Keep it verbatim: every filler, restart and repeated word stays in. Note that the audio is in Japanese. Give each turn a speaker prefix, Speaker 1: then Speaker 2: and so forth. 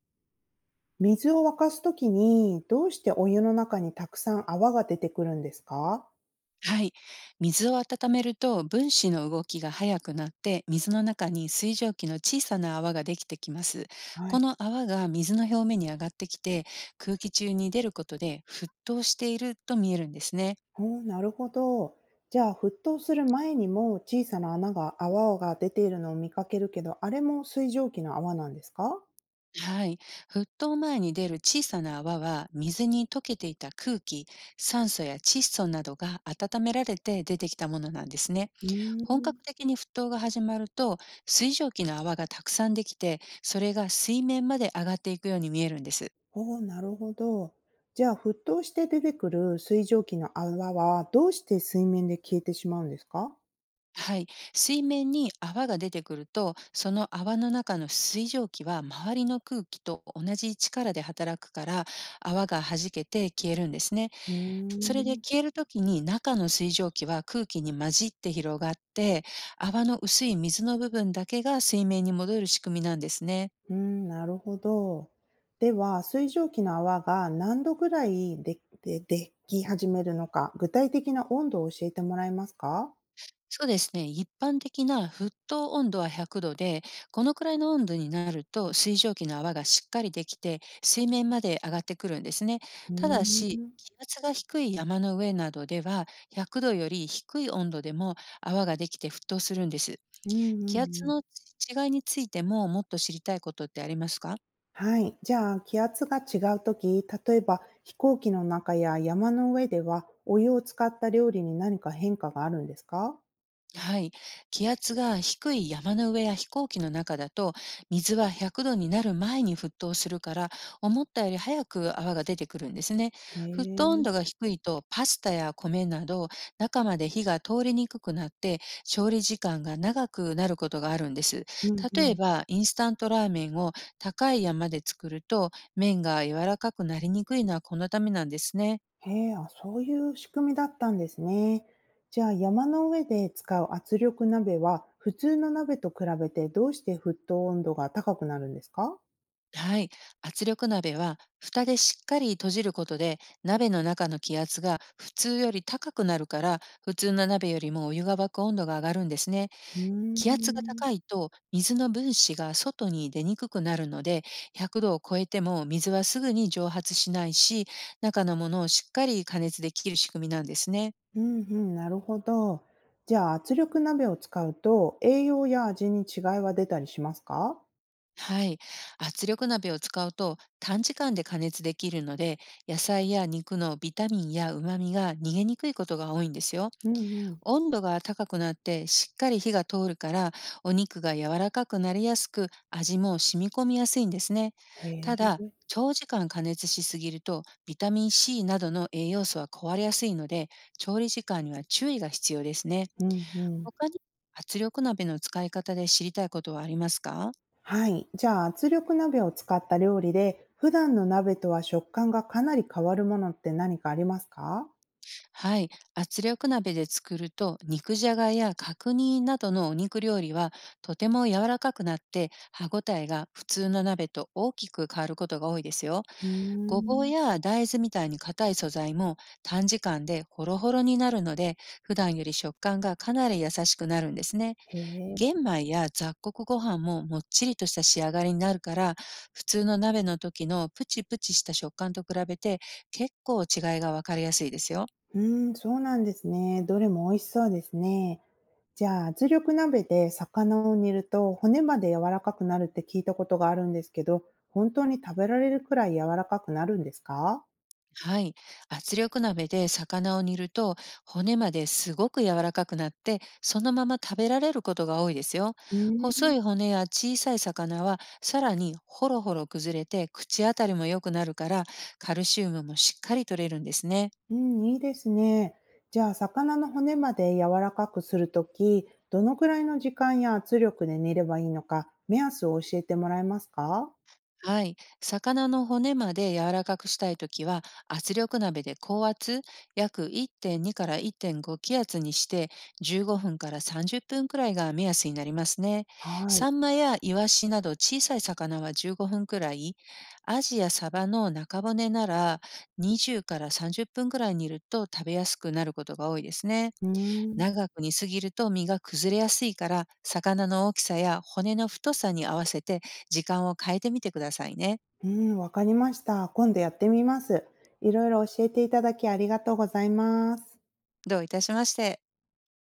Speaker 1: 水を沸かすときに、どうしてお湯の中にたくさん泡が出てくるんですか？
Speaker 2: はい。水を温めると分子の動きが速くなって、水の中に水蒸気の小さな泡ができてきます。
Speaker 1: は
Speaker 2: こ
Speaker 1: い。
Speaker 2: の泡が水の表面に上がってきて、空気中に出ることで沸騰していると見えるんですね。
Speaker 1: おー、なるほど。じゃあ、沸騰する前にも小さな穴が、泡が出ているのを見かけるけど、あれも水蒸気の泡なんですか？
Speaker 2: はい。沸騰前に出る小さな泡は、水に溶けていた空気、酸素や窒素などが温められて出てきたものなんですね。
Speaker 1: うー
Speaker 2: 本
Speaker 1: ん。
Speaker 2: 格的に沸騰が始まると、水蒸気の泡がたくさんできて、それが水面まで上がっていくように見えるんです。
Speaker 1: おー、なるほど。じゃあ、沸騰して出てくる水蒸気の泡は、どうして水面で消えてしまうんですか？
Speaker 2: はい。水面に泡が出てくると、その泡の中の水蒸気は周りの空気と同じ力で働くから、泡が弾けて消えるんですね。
Speaker 1: うー
Speaker 2: それで
Speaker 1: ん。
Speaker 2: 消えるときに中の水蒸気は空気に混じって広がって、泡の薄い水の部分だけが水面に戻る仕組みなんですね。
Speaker 1: うーん、なるほど。では、水蒸気の泡が何度ぐらいでででき始めるのか、具体的な温度を教えてもらえますか？
Speaker 2: そうですね。一般的な沸騰温度はひゃくどで、このくらいの温度になると水蒸気の泡がしっかりできて、水面まで上がってくるんですね。
Speaker 1: う
Speaker 2: ただ
Speaker 1: ー
Speaker 2: し、
Speaker 1: ん。
Speaker 2: 気圧が低い山の上などでは、ひゃくどより低い温度でも泡ができて沸騰するんです。
Speaker 1: うんうんう
Speaker 2: 気圧
Speaker 1: ん。
Speaker 2: の違いについても、もっと知りたいことってありますか？
Speaker 1: はい。じゃあ、気圧が違うとき、例えば飛行機の中や山の上では、お湯を使った料理に何か変化があるんですか？
Speaker 2: はい。気圧が低い山の上や飛行機の中だと、水はひゃくどになる前に沸騰するから、思ったより早く泡が出てくるんですね。
Speaker 1: へ
Speaker 2: 沸騰温
Speaker 1: え。
Speaker 2: 度が低いと、パスタや米など、中まで火が通りにくくなって、調理時間が長くなることがあるんです。
Speaker 1: うんう
Speaker 2: 例え
Speaker 1: ん。
Speaker 2: ば、インスタントラーメンを高い山で作ると、麺が柔らかくなりにくいのはこのためなんですね。
Speaker 1: へえ、あ、そういう仕組みだったんですね。じゃあ、山の上で使う圧力鍋は普通の鍋と比べてどうして沸騰温度が高くなるんですか？
Speaker 2: はい。圧力鍋は、蓋でしっかり閉じることで、鍋の中の気圧が普通より高くなるから、普通の鍋よりもお湯が沸く温度が上がるんですね。
Speaker 1: うー
Speaker 2: 気圧が
Speaker 1: ん。
Speaker 2: 高いと、水の分子が外に出にくくなるので、ひゃくどを超えても水はすぐに蒸発しないし、中のものをしっかり加熱できる仕組みなんですね。
Speaker 1: うんうん、なるほど。じゃあ、圧力鍋を使うと栄養や味に違いは出たりしますか？
Speaker 2: はい。圧力鍋を使うと短時間で加熱できるので、野菜や肉のビタミンや旨味が逃げにくいことが多いんですよ。
Speaker 1: うんうん。
Speaker 2: 温度が高くなってしっかり火が通るから、お肉が柔らかくなりやすく、味も染み込みやすいんですね。
Speaker 1: へ
Speaker 2: ただ、
Speaker 1: え。
Speaker 2: 長時間加熱しすぎるとビタミンシー などの栄養素は壊れやすいので、調理時間には注意が必要ですね。
Speaker 1: うんうん。
Speaker 2: 他に圧力鍋の使い方で知りたいことはありますか？
Speaker 1: はい。じゃあ、圧力鍋を使った料理で普段の鍋とは食感がかなり変わるものって何かありますか？
Speaker 2: はい、圧力鍋で作ると肉じゃがや角煮などのお肉料理はとても柔らかくなって、歯ごたえが普通の鍋と大きく変わることが多いですよ。
Speaker 1: うー
Speaker 2: ごぼう
Speaker 1: ん。
Speaker 2: や大豆みたいに硬い素材も短時間でホロホロになるので、普段より食感がかなり優しくなるんですね。
Speaker 1: へえ。
Speaker 2: 玄米や雑穀ご飯ももっちりとした仕上がりになるから、普通の鍋の時のプチプチした食感と比べて結構違いがわかりやすいですよ。
Speaker 1: うーん、そうなんですね。どれも美味しそうですね。じゃあ、圧力鍋で魚を煮ると骨まで柔らかくなるって聞いたことがあるんですけど、本当に食べられるくらい柔らかくなるんですか？
Speaker 2: はい。圧力鍋で魚を煮ると、骨まですごく柔らかくなって、そのまま食べられることが多いですよ。
Speaker 1: うー
Speaker 2: 細
Speaker 1: ん、
Speaker 2: い骨や小さい魚はさらにほろほろ崩れて口当たりも良くなるから、カルシウムもしっかり取れるんですね。
Speaker 1: うん、いいですね。じゃあ、魚の骨まで柔らかくするとき、どのくらいの時間や圧力で煮ればいいのか、目安を教えてもらえますか？
Speaker 2: はい。魚の骨まで柔らかくしたいときは、圧力鍋で高圧、約いってんにからいってんご気圧にして、じゅうごふんからさんじゅっぷんくらいが目安になりますね。
Speaker 1: はい。
Speaker 2: サンマやイワシなど小さい魚はじゅうごふんくらい、アジやサバの中骨ならにじゅうからさんじゅっぷんくらい煮ると食べやすくなることが多いですね。
Speaker 1: うーん。
Speaker 2: 長く煮すぎると身が崩れやすいから、魚の大きさや骨の太さに合わせて時間を変えてみてくださいね。
Speaker 1: うん、わかりました。今度やってみます。いろいろ教えていただきありがとうございます。
Speaker 2: どういたしまして。